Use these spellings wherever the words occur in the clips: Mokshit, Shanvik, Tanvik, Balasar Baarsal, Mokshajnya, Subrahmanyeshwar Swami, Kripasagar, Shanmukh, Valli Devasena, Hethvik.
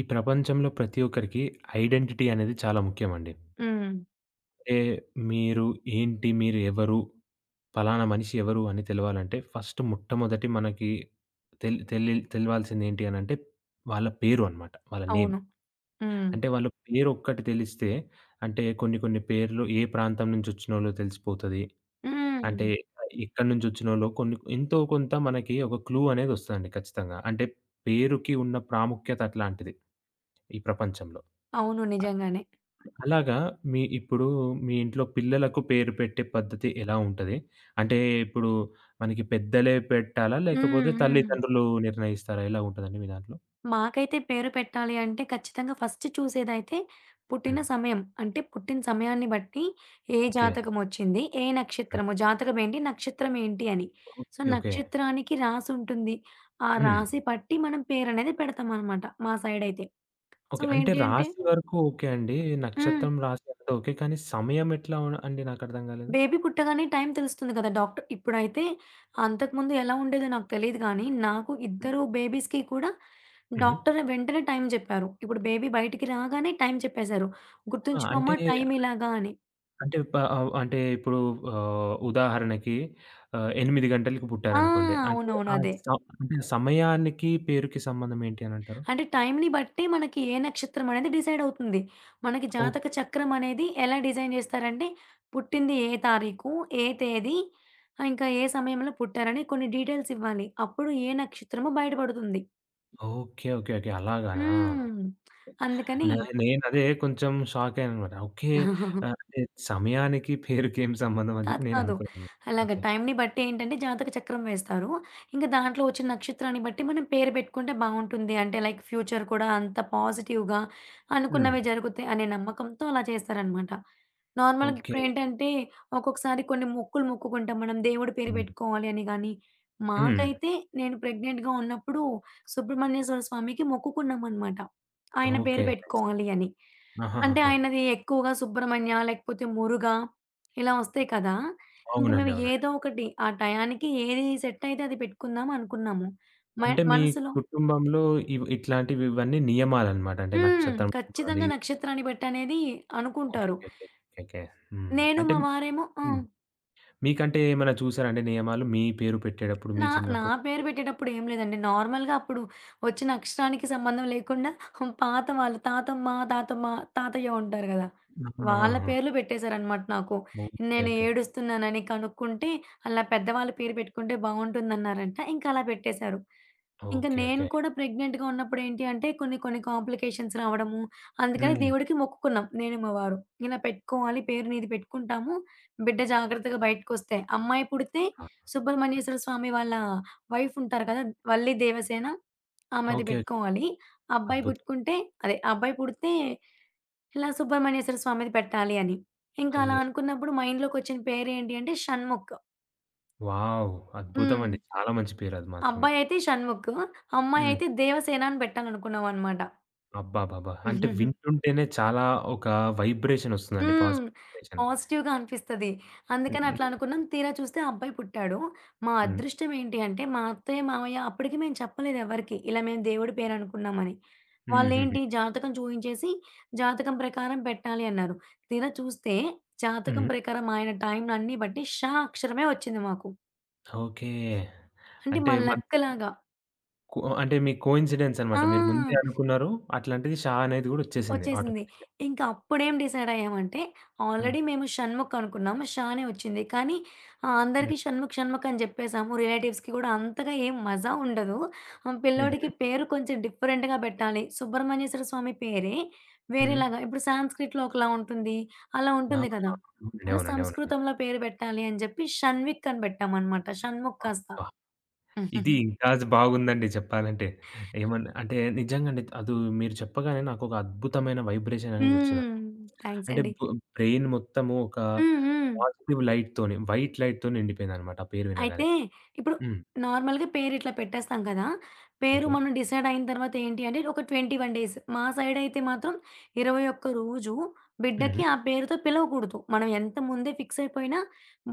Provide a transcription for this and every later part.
ఈ ప్రపంచంలో ప్రతి ఒక్కరికి ఐడెంటిటీ అనేది చాలా ముఖ్యమండి. హ్మ్. అంటే మీరు ఏంటి? మీరు ఎవరు? పలానా మనిషి ఎవరు? అని తెలవాలంటే ఫస్ట్ మొట్టమొదటి మనకి తెల్ తెలి తెలవాల్సిందేంటి అనంటే వాళ్ళ పేరు అన్నమాట. వాళ్ళ నేమ్. అవును. హ్మ్. అంటే వాళ్ళ పేరు ఒక్కటి తెలిస్తే అంటే కొన్ని కొన్ని పేర్లు ఏ ప్రాంతం నుంచి వచ్చినోళ్ళో తెలిసిపోతది. అంటే హ్మ్. ఎక్కడి నుంచి వచ్చినోళ్ళో కొన్ని ఎంతో కొంత మనకి ఒక క్లూ అనేది వస్తదండి ఖచ్చితంగా. అంటే పేరుకి ఉన్న ప్రాముఖ్యత అట్లాంటిది ఈ ప్రపంచంలో. అవును, నిజంగానే. అలాగా మీ ఇప్పుడు మీ ఇంట్లో పిల్లలకు పేరు పెట్టే పద్ధతి ఎలా ఉంటది? అంటే ఇప్పుడు మనకి పెద్దలే పెట్టాలా? హ్మ్. లేకపోతే హ్మ్. తల్లిదండ్రులు నిర్ణయిస్తారా? ఎలా ఉంటదండి మీ దాంట్లో? మాకైతే పేరు పెట్టాలి అంటే ఖచ్చితంగా ఫస్ట్ చూసేదైతే పుట్టిన హ్మ్. సమయం. అంటే పుట్టిన సమయాన్ని బట్టి ఏ ఓకే. జాతకమొచ్చింది, ఏ హ్మ్. నక్షత్రము, జాతకం ఏంటి, నక్షత్రం ఏంటి అని. ఓకే. So, okay. నక్షత్రానికి రాసి ఉంటుంది. ఆ హ్మ్. రాశి పట్టి మనం పేరనేది పెడతామనమాట మా సైడయితే. So, okay. అంటే ఏంటి అంటే రాశి వరకు ఓకే అండి. హ్మ్. నక్షత్రం రాశి అంతా ఓకే. కానీ సమయం ఎట్లా అండి నాకర్థం కాలేదు? బేబీ పుట్టగానే టైం తెలుస్తుంది కదా! డాక్టర్ ఇప్పుడైతే అంతకుముందు ఎలా ఉండేదో నాకు తెలీదు గానీ, నాకు హ్మ్. ఇద్దరు బేబీస్‌కి కూడా హుహు. డాక్టర్ వెంటనే టైం జెప్పారు. ఇప్పుడు బేబీ బయటికి రాగానే టైం చెప్పేశారు. ఆ! అంటే గుర్తుంచుకోమ్మా టైం ఇలాగా అని. అంటే అంటే ఇప్పుడు ఉదాహరణకి 8 గంటలకి ఆ! పుట్టారనుకోండి. అంటే అవునవును. ఆ అదే. స అంటే సమయానికి, పేరుకి సంబంధం ఏంటి అనంటారు? అంటే టైంని బట్టి మనకి ఏ నక్షత్రం అనేది డిసైడ్ అవుతుంది. మనకి ఓహ్! జాతక చక్రం అనేది ఎలా డిజైన్ జేస్తారంటే, పుట్టింది ఏ తారీఖు, ఏ తేదీ, ఇంకా ఏ సమయంలో పుట్టారని కొన్ని డీటెయిల్స్ ఇవ్వాలి. అప్పుడు ఏ నక్షత్రమో బయటపడుతుంది. ఓకే. ఓకే. ఓకే. అలాగానా! హ్మ్. అందుకని నేనదే కొంచెం షాకయ్యాననమాట. ఓకే. అంటే సమయానికి, పేరుకి ఏం సంబంధం అని కాదు, చెప్పి కాదు. నేననుకున్నాను. అలాగ ఓకే. టైంని బట్టి ఏంటంటే జాతక చక్రం వేస్తారు. ఇంక దాంట్లో వచ్చిన నక్షత్రాన్ని బట్టి మనం పేరు పెట్టుకుంటే బావుంటుంది. అంటే లైక్ ఫ్యూచర్ కూడా అంత పాజిటివ్‌గా హ్మ్. అనుకున్నవే జరుగుతాయి అనే నమ్మకంతో అలా చేస్తారనమాట. నార్మల్‌గా ఓకే. ఇప్పుడేంటంటే ఒక్కొక్కసారి కొన్ని మొక్కులు మొక్కుకుంటాం, మనం దేవుడి పేరు హ్మ్. పెట్టుకోవాలి అని గాని, హ్మ్. మాకైతే నేను ప్రెగ్నెంట్‌గా ఉన్నప్పుడు సుబ్రహ్మణ్యేశ్వర స్వామికి మొక్కుకున్నామనమాట. ఆయన పేరు ఓకే. నైస్. పెట్టుకోవాలి అని. అంటే ఆహాహాహా! ఆయనది ఎక్కువగా సుబ్రహ్మణ్య, లేకపోతే మురుగా ఇలా వస్తాయి కదా! ఇంక అవునండి. మేము అవునండి. ఏదో ఒకటి ఆ టయానికి ఏది సెట్ అయితే అది పెట్టుకుందాం అనుకున్నాము. మ అంటే మీ మనసులో కుటుంబంలో ఇట్లాంటివి ఇవన్నీ నియమాలనమాట. అంటే హ్మ్. నక్షత్రం చూడాలి. ఖచ్చితంగా నక్షత్రాన్ని పెట్టనేది ఓకే. అనుకుంటారు. ఓకే. ఓకే. ఓకే. హ్మ్. నేను అంటే మా వారేమో ఆ! హ్మ్. మీకంటే ఏమైనా చూసారా అండి నియమాలు? మీ పేరు పెట్టేటప్పుడు మీ నా నా చిన్నప్పుడు? పేరు పెట్టేటప్పుడు ఏం లేదండి. నార్మల్‌గా అప్పుడు వచ్చిన అక్షరానికి సంబంధం లేకుండా పాత వాళ్ళు తాతమ్మ, తాతమ్మ, తాతయ్య ఉంటారు గదా! వాళ్ళ ఆహాహా! పేర్లు పెట్టేశారనమాట నాకు. ఓకే. నేను ఓకే. ఏడుస్తున్నానని కనుక్కుంటే అలా పెద్దవాళ్ళ పేరు పెట్టుకుంటే బావుంటుందన్నారంట. ఇంకా అలా పెట్టేశారు. ఇంకా ఓకే. నేను ఓకే. కూడా ప్రెగ్నెంట్‌గా ఉన్నప్పుడు ఏంటి అంటే కొన్ని కొన్ని కాంప్లికేషన్స్ రావడము. అందుకని హ్మ్. దేవుడికి మొక్కుకున్నాం నేను మా వారు. ఇలా పెట్టుకోవాలి పేరు నీది పెట్టుకుంటాము. బిడ్డ జాగ్రత్తగా బయటకొస్తే అమ్మాయి పుడితే అవునా? సుబ్రహ్మణ్యేశ్వర స్వామి వాళ్ళ వైఫ్ ఉంటారు కదా! వల్లి దేవసేన ఆమెది ఓకే. ఓకే. పెట్టుకోవాలి. అబ్బాయి అద్భుతం. పుట్టుకుంటే అదే అబ్బాయి పుడితే ఇలా సుబ్రహ్మణ్యేశ్వర స్వామిది పెట్టాలి అని. ఇంకా అలా అయ్యో! అనుకున్నప్పుడు మైండ్‌లోకొచ్చిన పేరేంటి అంటే షణ్ముఖ్. వావ్! హ్మ్. అద్భుతమండి. చాలా మంచి పేరు అది మాత్రము. అబ్బాయి అయితే షణ్ముఖ్, అమ్మాయి హ్మ్. అయితే దేవసేన అని పెట్టాలనుకున్నామనమాట. అబ్బాబాబా! అంటే వింటుంటేనే చాలా ఒక వైబ్రేషన్ ఒస్తుందండి. హ్మ్. Positive vibration. పాజిటివ్‌గా అనిపిస్తది. హ్మ్. అందుకని హ్మ్. అట్లా అనుకున్నాం. తీరా చూస్తే ఆ అబ్బాయి పుట్టాడు. మా హ్మ్. అదృష్టం ఏంటి అంటే, మా అత్తయ్య, మామయ్య అప్పటికి మేము చెప్పలేదు ఎవరికీ ఇలా మేము దేవుడి పేరు అనుకున్నామని. హుహుహు. వాళ్ళేంటి జాతకం చూయించేసి, జాతకం ప్రకారం పెట్టాలి అన్నారు. తీరా చూస్తే జాతకం హ్మ్. ప్రకారం ఆయన టైంలన్నీ బట్టి అక్షరమే వచ్చింది మాకు. ఓకే. అంటే అంటే మా లక్ మనకి లాగా. అంటే మీ కోయిన్సిడెన్స్ ఆ! అనమాట. మీరు ముందే అనుకున్నారు. అట్లాంటిది 'షా' అనేది గూడా వచ్చేసింది వచ్చేసింది. ఆటోమేటిక్‌గా. ఇంక అప్పుడేం డిసైడయ్యామంటే, హ్మ్. ఆల్రెడీ మేము 'షణ్ముఖ్' అనుకున్నాము. 'షానే' వచ్చింది. కానీ హ్మ్. అందరికీ 'షణ్ముఖ్ షణ్ముఖ్' అని జెప్పేసాము. రిలేటివ్స్‌కి గూడా అంతగా ఏం మజా ఉండదు. హ్మ్, హుహు. పిల్లోడికి పేరు కొంచెం డిఫరెంట్‌గా పెట్టాలి. సుబ్రహ్మణ్యేశ్వర స్వామి పేరే హ్మ్. వేరేలాగా ఇప్పుడు సాంస్క్రిట్‌లో ఒకలా ఉంటుంది. అలా ఆ! ఉంటుంది అవునండి. కదా! అలా అవునండి. అవునండి. సంస్కృతంలో పేరు పెట్టాలి అని జెప్పి 'షణ్విక్' అని పెట్టామనమాట. షణ్ముఖ్ కాస్త. అబ్బా! ఇది ఇంకా బాగుందండి చెప్పాలంటే. ఏమన్నా అంటే నిజంగండి. అది మీరు చెప్పగానే నాకొక అద్భుతమైన వైబ్రేషన్ అనేది వచ్చిందండి. హ్మ్. థ్యాంక్స్ అంటే అండి. బ్రెయిన్ మొత్తము ఒక హ్మ్. హ్మ్. పాజిటివ్ లైట్‌తోని, వైట్ లైట్‌తో నిండిపోయిందనమాట ఆ పేరు వినగానే. అయితే ఇప్పుడు హ్మ్. నార్మల్‌గా పేరిట్లా పెట్టేస్తాం కదా! పేరు ఓకే. మనం డిసైడ్ అయిన తర్వాత ఏంటి అంటే ఒక 21 డేస్. మా సైడ్ అయితే మాత్రం 21 రోజు హుహు. బిడ్డకి ఆ పేరుతో పిలవకూడదు. మనం ఎంత ముందే ఫిక్స్ అయిపోయినా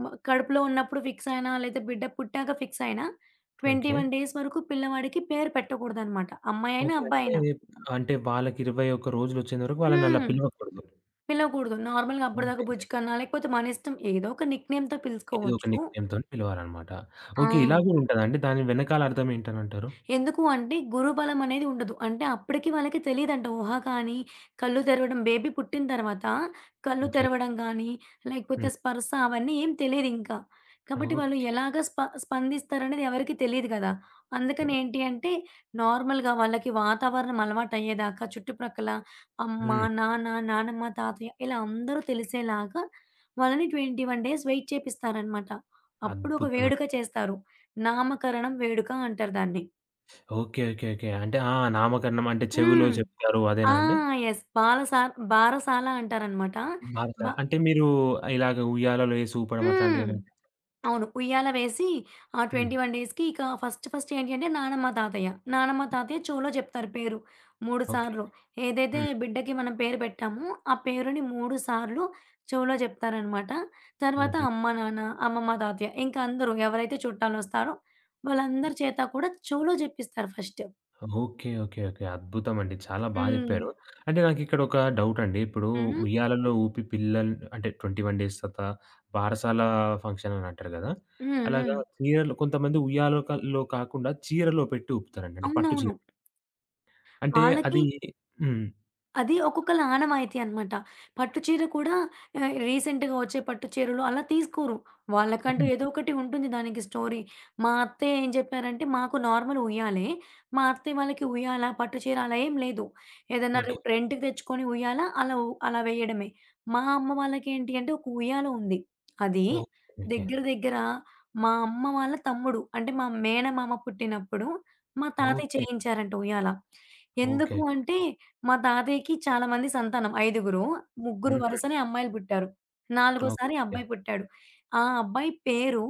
కడుపులో ఉన్నప్పుడు ఫిక్స్ అయినా లేదా బిడ్డ పుట్టాక ఫిక్స్ అయినా ఓకే. 21 డేస్ వరకు పిల్లవాడికి పేరు పెట్టకూడదనమాట. అమ్మాయైనా, ఓకే. అంటే, అబ్బాయైనా. అంటే వాళ్ళకి 21 రోజులొచ్చేంత వరకు వాళ్ళనలా హ్మ్. పిలవకూడదు. పిలవకూడదు. నార్మల్‌గా అప్పటిదాకా అంతే. బుజ్జి కన్నా లేకపోతే మన ఇష్టం ఏదో ఒక నిక్ నేమ్‌తో ఏదో ఒక పిలుచుకోవచ్చు. నిక్‌నేమ్‌తోని పిలవాలనమాట. ఆ! ఓకే. ఇలా గూడా ఉంటదా అండి? దాని వెనకాల అర్థం ఏంటనంటారు? ఎందుకు అంటే గురుబలం అనేది ఉండదు. అంటే అప్పటికి వాళ్ళకి తెలీదంట ఊహ కానీ, కళ్ళు తెరవడం బేబీ పుట్టిన తర్వాత కళ్ళు ఓకే. తెరవడం గానీ, లేకపోతే హ్మ్. స్పర్శ అవన్నీ ఏం తెలీదింకా. కాబట్టి వాళ్ళు ఓకే. ఎలాగ స్పందిస్తారనేది ఎవరికీ తెలీదు గదా! అందుకని ఓహ్! ఏంటి అంటే నార్మల్‌గా వాళ్ళకి వాతావరణం అలవాటయ్యేదాకా చుట్టుప్రక్కల అమ్మ, హ్మ్. నాన్న, నానమ్మ, తాతయ్య ఇలా అందరూ తెలిసేలాగా వాళ్ళని 21 డేస్ వెయిట్ చేపిస్తారనమాట. అప్పుడు ఒక వేడుక అద్భుతమండి. చేస్తారు. నామకరణం వేడుక అంటారు దాన్ని. ఓకే. ఓకే. ఓకే. అంటే ఆ! నామకరణం అంటే చెవిలో హ్మ్. చెప్తారు ఆ! అదేనా అండి? యెస్. బారసాల అంటారనమాట. భారత బ అంటే మీరు ఇలాగ ఉయ్యాలలో ఏసి ఊపడం హ్మ్. అట్లాంటివేమన్నా. అవును. ఉయ్యాల వేసి ఆ హ్మ్. 21 డేస్‌కి ఇక ఫస్ట్ ఫస్ట్ ఏంటి అంటే నానమ్మ, తాతయ్య. నానమ్మ, తాతయ్య చెవులో చెప్తారు పేరు 3 ఓకే. సార్లు. ఏదైతే హ్మ్. బిడ్డకి మనం పేరు పెట్టామో ఆ పేరుని 3 సార్లు చెవులో చెప్తారనమాట. తర్వాత హుహు. అమ్మ, నాన్న, అమ్మమ్మ, తాతయ్య ఇంకా అందరూ ఎవరైతే చుట్టాలొస్తారో వాళ్ళందరి చేత కూడా చెవులో జెప్పిస్తారు ఫస్ట్. ఓకే. ఓకే. ఓకే. అద్భుతమండి. చాలా బా హ్మ్. జెప్పారు. అంటే నాకిక్కడ ఒక డౌటండి. ఇప్పుడు హ్మ్. ఉయ్యాలలో ఊపి పిల్లలు అంటే 21 డేస్ తర్వాత బారసాల ఫంక్షన్ అని అంటారు గదా! హ్మ్. అలాగా హ్మ్. చీరలు కొంతమంది ఉయ్యాలో క లో కాకుండా చీరలో పెట్టి ఊపుతారండి. అంటే పట్టు చీర. అవునవును. అంటే వాళ్ళకి అది హ్మ్. అది ఒక్కొక్కళ్ళ ఆనవాయితీ అనమాట. పట్టు చీర కూడా రీసెంట్‌గా వచ్చే పట్టు చీరలు అలా తీసుకోరు. వాళ్ళకంటూ ఏదో ఒకటి ఉంటుంది దానికి స్టోరీ. మా అత్తయ్య ఏం చెప్పారంటే, మాకు నార్మల్ ఉయ్యాలే. మా అత్తయ్య వాళ్ళకి ఉయ్యాల, పట్టు చీర అలా ఏం లేదు. ఏదన్నా ఓకే. రెంట్‌కి తెచ్చుకొని ఉయ్యాల అలా వేయడమే. మా అమ్మ వాళ్ళకి ఏంటి అంటే ఒక ఉయ్యాల ఉంది. అది ఓకే. ఓకే. దగ్గర దగ్గర మా అమ్మ వాళ్ళ తమ్ముడు అంటే మా మేనమామ పుట్టినప్పుడు మా తాతయ్య ఓకే. చేయించారంట ఉయ్యాల. ఓకే. ఎందుకు అంటే మా తాతయ్యకి చాలా మంది సంతానం. ఐదుగురు. ముగ్గురు హుహు. వరుసనే అమ్మాయిలు పుట్టారు. ఓకే. నాలుగోసారి ఓకే. అబ్బాయి పుట్టాడు. ఆ అబ్బాయి పేరు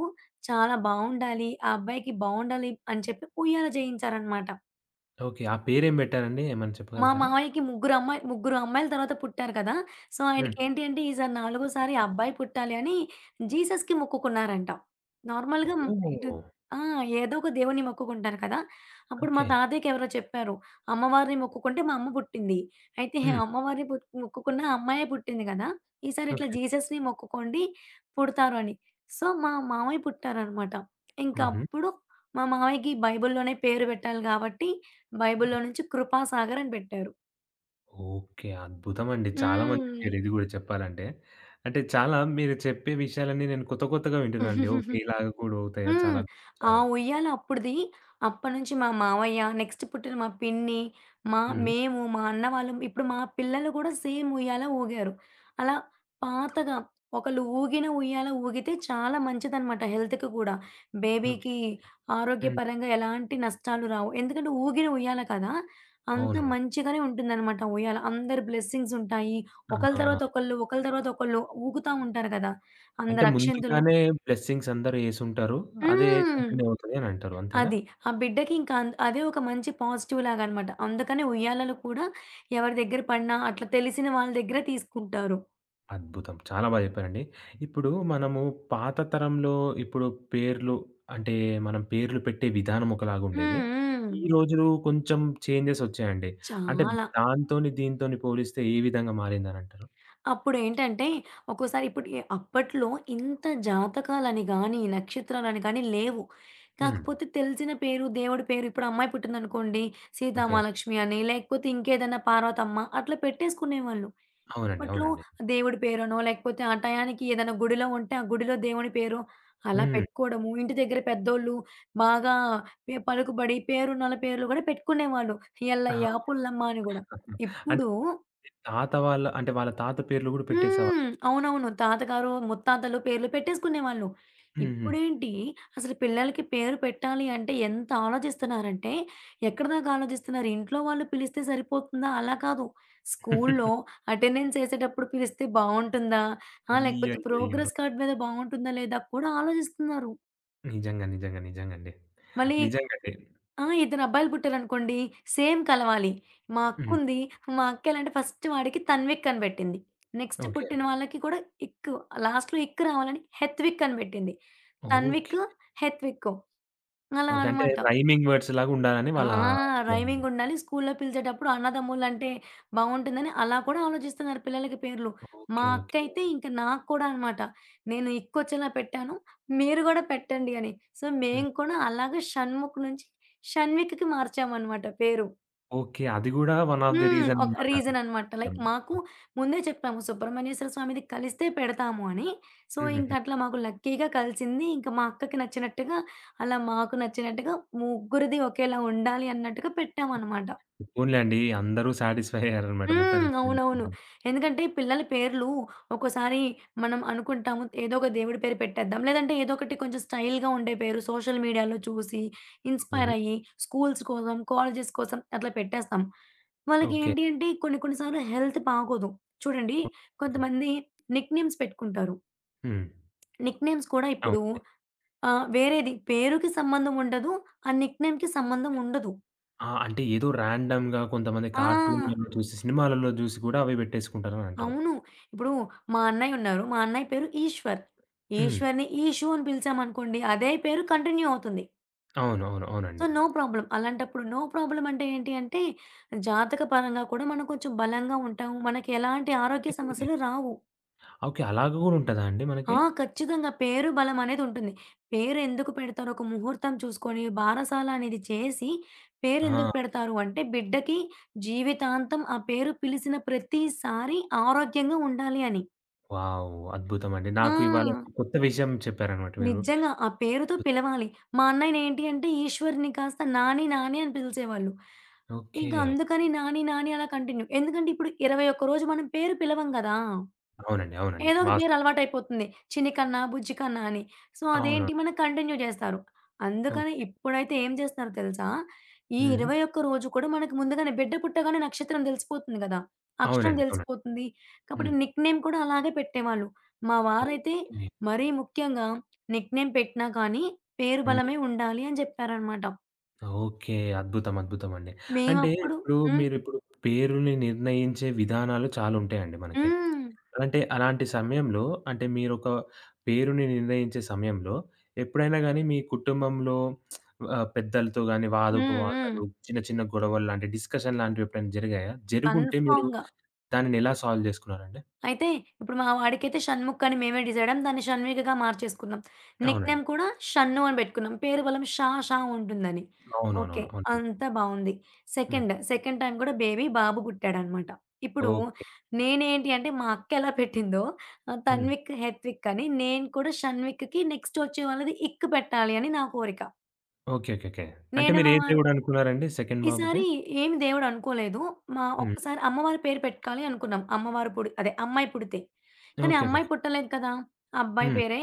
చాలా బావుండాలి. ఆ అబ్బాయికి బావుండాలి అని చెప్పి ఉయ్యాల చేయించారనమాట. ఓకే. ఆ పేరేం బెట్టారండి? ఏమైనా మా చెప్పగలుగుతారా? మావయ్యకి ముగ్గురు అమ్మాయి ముగ్గురు అమ్మాయిల తర్వాత పుట్టారు కదా! సో, హ్మ్. ఆయనకేంటి అంటే ఈసారి నాలుగోసారి అబ్బాయి పుట్టాలి అని జీసస్‌కి మొక్కుకున్నారంట. నార్మల్‌గా హ్మ్, ఇటు ఓహ్! ఆ! ఏదో ఒక దేవుడిని మొక్కుకుంటారు కదా! అప్పుడు మా ఓకే. తాతయ్యకెవరో చెప్పారు. అమ్మవారిని మొక్కుకుంటే మా అమ్మ పుట్టింది. అయితే హ్మ్. అమ్మవారిని మొక్కుకున్న అమ్మాయే పుట్టింది కదా! ఈసారి ఇట్లా ఓకే. జీసస్‌ని మొక్కుకోండి పుడతారు అని. సో, మా మామయ్య పుట్టారనమాట. హుహు. ఇంకప్పుడు మా మామయ్యకి బైబిల్‌లోనే పేరు పెట్టాలి కాబట్టి బైబిల్‌లో నుంచి కృపాసాగర్ అని పెట్టారు. ఓకే. అద్భుతమండి. చాలా మంచి హ్మ్. పేరిది గూడా చెప్పాలంటే. అంటే చాలా మీరు చెప్పే విషయాలన్నీ నేను కొత్త కొత్తగా వింటున్నానండి. ఓకే. ఇలాగ కూడా అవుతాయా? చాలా హ్మ్. అద్భుతం. ఆ చాలా అద్భుతం. ఉయ్యాల అప్పుడిది. అప్పటినుంచి మా మావయ్య, నెక్స్ట్ పుట్టిన మా పిన్ని, మా హ్మ్. మేము, మా అన్న వాళ్ళం, ఇప్పుడు మా పిల్లలు గూడా సేమ్ ఉయ్యాల ఊగారు. అలా పాతగా ఒకళ్ళు ఊగిన ఉయ్యాల ఊగితే చాలా మంచిదనమాట హెల్త్‌కి గూడా. ఓకే. బేబీకి హ్మ్. ఆరోగ్యపరంగా ఎలాంటి నష్టాలు రావు. ఎందుకంటే ఊగిన ఉయ్యాల కదా! అంత అవునవును. మంచిగానే ఉంటుందనమాట ఆ ఉయ్యాల. అందరి బ్లెస్సింగ్స్ ఉంటాయి. ఒకళ్ళ ఆ! తర్వాత ఒకళ్ళు, ఒకళ్ళ తర్వాత ఒకళ్ళు ఊగుతా ఉంటారు కదా! అంటే అందరు అక్షింతలు ముందుగానే బ్లెస్సింగ్స్ అందరూ యేసుంటారు. అదే హ్మ్. కంటిన్యూ అవుతది అనంటారు. అంతేనా? అది. ఆ బిడ్డకి ఇంకా అన్ అదే ఒక మంచి పాజిటివ్‌లాగా అన్నమాట. అందుకనే ఉయ్యాలలు కూడా ఎవరి దగ్గర పడినా అట్లా తెలిసిన వాళ్ళ దగ్గర తీసుకుంటారు. అద్భుతం. చాలా బాగా చెప్పారండి. ఇప్పుడు మనము పాత తరంలో ఇప్పుడు పేర్లు అంటే, మనం పేర్లు పెట్టే విధానం ఒకలాగుండేది. హ్మ్. హ్మ్. ఈ రోజులు కొంచెం చేంజెస్ వచ్చాయండి. అంటే చాలా. దాంతోని, దీంతోని పోలిస్తే ఏ విధంగా మారిందనంటారు? అప్పుడేంటంటే, ఒక్కోసారి ఇప్పుడు అప్పట్లో ఇంత జాతకాలని గానీ, నక్షత్రాలని కానీ లేవు. హ్మ్. కాకపోతే తెలిసిన పేరు, దేవుడి పేరు ఇప్పుడు అమ్మాయి పుట్టిందనుకోండి, ఓకే. సీతామహాలక్ష్మి అని, లేకపోతే ఇంకేదన్నా పార్వతమ్మ అట్లా పెట్టేసుకునేవాళ్ళు. అవునండి. ఇప్పట్లో అవునండి. దేవుడి పేరనో, లేకపోతే ఆ టయానికి ఏదైనా గుడిలో ఉంటే, ఆ గుడిలో దేవుని పేరు అలా హ్మ్. పెట్టుకోవడము. ఇంటి దగ్గర పెద్దోళ్ళు బాగా పలుకుబడి పేరున్నోళ్ళ పేర్లు గూడా పెట్టుకునేవాళ్ళు. ఆ! ఎల్లయ్య, పుల్లమ్మ అని గూడా. అంటే ఇప్పుడు తాత వాళ్ళ అంటే వాళ్ళ తాత పేర్లు గూడా పెట్టేసేవాళ్ళు. హ్మ్. అవునవును. తాతగారు, ముత్తాతలు పేర్లు పెట్టేసుకునేవాళ్ళు. హ్మ్. హ్మ్. ఇప్పుడేంటి అసలు పిల్లలకి పేరు పెట్టాలి అంటే ఎంత ఆలోచిస్తున్నారంటే, ఎక్కడిదాకా ఆలోచిస్తున్నారు, ఇంట్లో వాళ్ళు పిలిస్తే సరిపోతుందా? అలా కాదు. స్కూల్లో అటెండెన్స్ ఏసేటప్పుడు పిలిస్తే బావుంటుందా? ఆ! లేకపోతే అయ్యయ్యయ్యో! ప్రోగ్రెస్ కార్డ్ మీద బావుంటుందా లేదా కూడా ఆలోచిస్తున్నారు. నిజంగా. నిజంగా. నిజంగండి. మళ్ళీ నిజంగండి. ఆ! ఇద్దరు అబ్బాయిలు పుట్టారనుకోండి సేమ్ కలవాలి. మా హ్మ్. అక్కుంది. మా అక్క ఎలా అంటే ఫస్ట్ వాడికి తన్విక్ అని పెట్టింది. Next okay. పుట్టిన వాళ్ళకి కూడా ఇక్ లాస్ట్‌లో ఇక్ రావాలని హెత్విక్ అని పెట్టింది. ఓకే. తన్విక్, హెత్విక్ అలా ఓకే. అంటే అన్నమాట. రైమింగ్ వర్డ్స్ లాగా ఉండాలని ఆ! వాళ్ళ అభిప్రాయం అన్నమాట. రైమింగుండాలి. స్కూల్లో పిలిచేటప్పుడు అన్నదమ్ములంటే బావుంటుందని అలా కూడా ఆలోచిస్తున్నారు పిల్లలకి పేర్లు. మా ఓకే. ఓకే. అక్కయితే ఇంక నాకు కూడా అనమాట. నేను ఇక్కొచ్చేలా పెట్టాను. మీరు గూడా పెట్టండి అని. సో, హ్మ్. మేము కూడా అలాగే షణ్ముఖ్ నుంచి షణ్విక్‌కి మార్చామనమాట పేరు. ఓకే. అది గూడా వన్ ఆఫ్ ది హ్మ్. రీజన్ ఒక అన్నమాట. రీజన్ అనమాట. లైక్ మాకు ముందే చెప్పాము సుబ్రహ్మణ్యేశ్వర స్వామిది కలిస్తే పెడతాము అని. సో, హుహుహు. ఇంకట్లా మాకు లక్కీగా కలిసింది. ఇంక మా అక్కకి నచ్చినట్టుగా, అలా మాకు నచ్చినట్టుగా ముగ్గురిది ఒకేలా ఉండాలి అన్నట్టుగా పెట్టామనమాట. పోనీలెండి. అందరూ సాటిస్ఫై అయ్యారన్నమాట హ్మ్. మొత్తానికి. అవునవును. ఎందుకంటే ఈ పిల్లల పేర్లు ఒక్కోసారి మనం అనుకుంటాము ఏదో ఒక దేవుడి పేరు పెట్టేద్దాం. లేదంటే ఏదో ఒకటి కొంచెం స్టైల్‌గా ఉండే పేరు సోషల్ మీడియాలో చూసి ఇన్‌స్పైర్ హ్మ్. అయ్యి స్కూల్స్ కోసం, కాలేజెస్ కోసం అట్లా పెట్టేస్తాం. ఓకే. వాళ్ళకేంటి అంటే కొన్ని కొన్ని సార్లు హెల్త్ బాగోదు. చూడండి ఓకే. కొంతమంది నిక్‌నేమ్స్ పెట్టుకుంటారు. హ్మ్. నిక్‌నేమ్స్ కూడా ఇప్పుడు అవునండి. వేరేది పేరుకి సంబంధం ఉండదు. ఆ నిక్‌నేమ్‌కి సంబంధం ఉండదు. ఆ! అంటే ఏదో రాండమ్‌గా కొంతమంది ఆ! కార్టూన్‌లలో చూసి, సినిమాలలో చూసి కూడా అవి పెట్టేసుకుంటారని అంటారు. అవును. ఇప్పుడు మా అన్నయ్యున్నారు. మా అన్నయ్య పేరు ఈశ్వర్. హ్మ్. ఈశ్వర్‌ని ఈషు అని పిలిచామనుకోండి. అదే పేరు కంటిన్యూ అవుతుంది. అవును. అవును. సో, అవునండి. No problem. అలాంటప్పుడు నో ప్రాబ్లమ్ అంటే ఏంటి అంటే, జాతక పరంగా కూడా మనం కొంచెం బలంగా ఉంటాము. మనకి ఎలాంటి ఆరోగ్య సమస్యలు హ్మ్. రావు. ఓకే. అలాగ గూడా ఉంటదా అండి మనకి? ఆ! ఖచ్చితంగా పేరు బలం అనేదుంటుంది. పేరు ఎందుకు పెడతారు? ఒక ముహూర్తం చూసుకొని, బారసాల అనేది చేసి పేరెందుకు ఆ! పెడతారు అంటే, బిడ్డకి జీవితాంతం ఆ పేరు పిలిసిన ప్రతిసారి ఆరోగ్యంగా ఉండాలి అని. వావ్! అద్భుతమండి. ఆ! నాకు ఇవాళ ఒక కొత్త విషయం చెప్పారన్నమాట మీరు. నిజంగా. ఆ పేరుతో పిలవాలి. మా అన్నయ్యనేంటి అంటే ఈశ్వర్‌ని కాస్త నాని, నాని అని పిలిచేవాళ్ళు. ఓకే. ఇంక అందుకని నాని, నాని అలా కంటిన్యూ. ఎందుకంటే ఇప్పుడు 21 రోజు మనం పేరు పిలవం గదా! అవునండి. అవునండి. ఏదో ఒక పేరు అలవాటయిపోతుంది. చిన్నికన్నా, బుజ్జికన్నా అని. సో, అదేంటి అవునవును. మనం కంటిన్యూ జేస్తారు. అందుకని ఓహ్! ఇప్పుడైతే ఏం జేస్తున్నారు తెలుసా? ఈ హ్మ్. 21 రోజు కూడా మనకు ముందుగానే బిడ్డ పుట్టగానే నక్షత్రం దెలిసిపోతుంది గదా! అక్షరం అవునండి. అవునండి. దెలిసిపోతుంది. కాబట్టి హ్మ్. నిక్‌నేమ్ కూడా అలాగే పెట్టేవాళ్ళు. మా వారైతే ఓకే. మరీ ముఖ్యంగా నిక్‌నేమ్ పెట్టినా కానీ పేరు హ్మ్. బలమే ఉండాలి అని జెప్పారనమాట. ఓకే. అద్భుతం. అద్భుతమండి. అంటే మేమప్పుడు ఇప్పుడు హ్మ్. మీరిప్పుడు పేరుని నిర్ణయించే విధానాలు చాలా ఉంటాయండి మనకి. హ్మ్. అంటే అలాంటి సమయంలో అంటే మీరొక పేరుని నిర్ణయించే సమయంలో ఎప్పుడైనా గాని మీ కుటుంబంలో పెద్దలతో గాని హ్మ్. హ్మ్. వాదోపవాదాలు, చిన్న చిన్న గొడవలు లాంటి డిస్కషన్ లాంటివి ఎప్పుడైనా జరిగాయా? జరుగుంటే మీరు కన్ఫర్మ్‌గా. దానిని ఎలా సాల్వ్ జేసుకున్నారండి? అయితే ఇప్పుడు మా వాడికైతే 'షణ్ముఖ్' అని మేమే డిసైడయ్యాం. దాన్ని 'షణ్విక'గా మార్చేసుకున్నాం. అవునండి. నిక్‌నేమ్ కూడా 'షన్ను' అని పెట్టుకున్నాం. పేరు బలం షా షా ఉంటుందని. ఓకే. అవునవునవును. అవునండి. అంతా బావుంది. హ్మ్. సెకండ్ టైమ్ కూడా బేబీ బాబు పుట్టాడనమాట. ఇప్పుడు ఓకే. నేనేంటి అంటే మా అక్క ఎలా పెట్టిందో హ్మ్. 'తన్విక్ హెత్విక్' అని నేను కూడా 'షణ్విక్‌కి' నెక్స్ట్ వచ్చే వాళ్ళది 'ఇక్' పెట్టాలి అని నా కోరిక. ఓకే. ఓకే. ఓకే. అంటే నేను మీరు మా ఏ వారు దేవుడనుకున్నారండి సెకండ్ బాబుకి? ఈసారి ఏమి దేవుడు అనుకోలేదు. హ్మ్. ఒక్కసారి అమ్మవారి పేరు పెట్టాలి అనుకున్నాం. అమ్మవారు అదే అమ్మాయి పుడితే. ఓకే. కానీ ఓకే. అమ్మాయి ఓకే. పుట్టలేదు కదా! అబ్బాయి హ్మ్. పేరే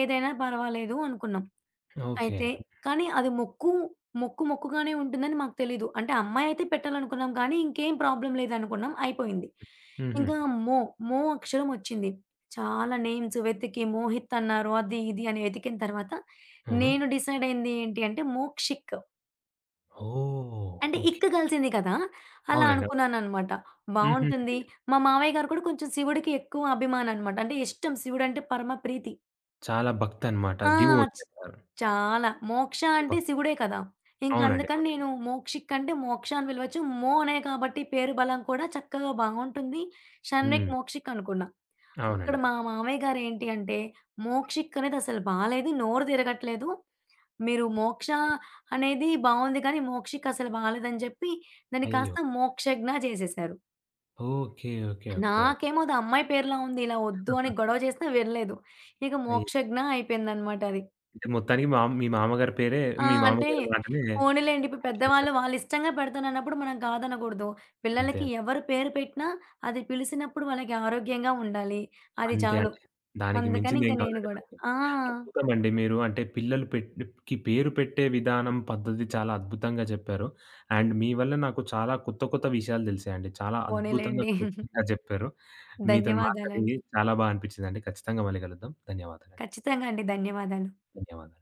ఏదైనా పర్వాలేదు అనుకున్నాం. ఓకే. అయితే కానీ అది మొక్కు, మొక్కుగానే ఉంటుందని మాకు తెలీదు. అంటే అమ్మాయి అయితే పెట్టాలనుకున్నాం కానీ ఇంకేం ప్రాబ్లమ్ లేదనుకున్నాం. అయిపోయింది. హుహు. ఇంకా మో, మో అక్షరం వచ్చింది. చాలా నేమ్స్ వెతికి మోహిత్ అన్నారు. అది ఇది అని వెతికిన తర్వాత ఆ! నేను డిసైడ్ అయింది ఏంటి అంటే మోక్షిత్. ఓహ్! అంటే ఓకే. ఇక్క కలిసింది కదా! అలా అవునండి. అనుకున్నాననమాట. హుహు. బావుంటుంది. మా మామయ్య గారు కూడా కొంచెం శివుడికి ఎక్కువ అభిమాననమాట. అంటే ఇష్టం శివుడంటే పరమ ప్రీతి. చాలా భక్తనమాట. ఆ! డివోటీ చ్ అంటారు. చాలా. మోక్ష అంటే భక్ శివుడే కదా! ఇంక అవునండి. అందుకని నేను అవునండి. మోక్షిక్ అంటే మోక్ష అని పిలవచ్చు. మో అనే కాబట్టి పేరు బలం కూడా చక్కగా బావుంటుంది. షణ్విక్, హ్మ్. మోక్షిక్ అనుకున్నా. అక్కడ అవునండి. మా మామయ్య గారేంటి అంటే మోక్షిక్ అనేది అసలు బాలేదు. నోరు తిరగట్లేదు. మీరు 'మోక్ష' అనేది బావుంది కానీ 'మోక్షికసలు' బాలేదని జెప్పి దాన్ని కాస్త అయ్యో! 'మోక్షజ్ఞ' జేసేశారు. ఓకే. ఓకే. ఓకే. నాకేమో అది అమ్మాయి పేరులా ఉంది. ఇలా వద్దు అని గొడవ చేసినా వినలేదు. ఇక అయి 'మోక్షజ్ఞ' అయిపోయిందనమాట అది. అంటే మొత్తానికి మీ మామగారి పేరే ఆ! మీ అంటే మామగారి మాటనే పోనీలెండి ఇప్పుడు పెద్దవాళ్ళు మార్చేసారు. వాళ్ళిష్టంగా పెడతానన్నప్పుడు మనం కాదనకూడదు. అంతే. పిల్లలకి ఎవరు పేరు పెట్టినా అది పిలిసినప్పుడు వాళ్ళకి ఆరోగ్యంగా ఉండాలి. అది అంతే చాలు. అండి. దానికి అందుకని ఇంక మించిందేం నేను కావాలండి గూడా మనకి. ఆ! అద్భుతమండి మీరు అంటే పిల్లలు పేరు పెట్టే విధానం, పద్ధతి చాలా అద్భుతంగా చెప్పారు. అండ్ మీ వల్ల నాకు చాలా కొత్త, కొత్త విషయాలు తెలిసాయండి. చాలా అద్భుతంగా, పోనీలెండి. క్లుప్తంగా చెప్పారు. మీతోని మాట్లాడింది ధన్యవాదాలండి. చాలా బా అనిపించిందండి. ఖచ్చితంగా మళ్ళీ కలుద్దాం. ధన్యవాదాలండి. ఖచ్చితంగా అండి. ధన్యవాదాలు. ధన్యవాదాలు.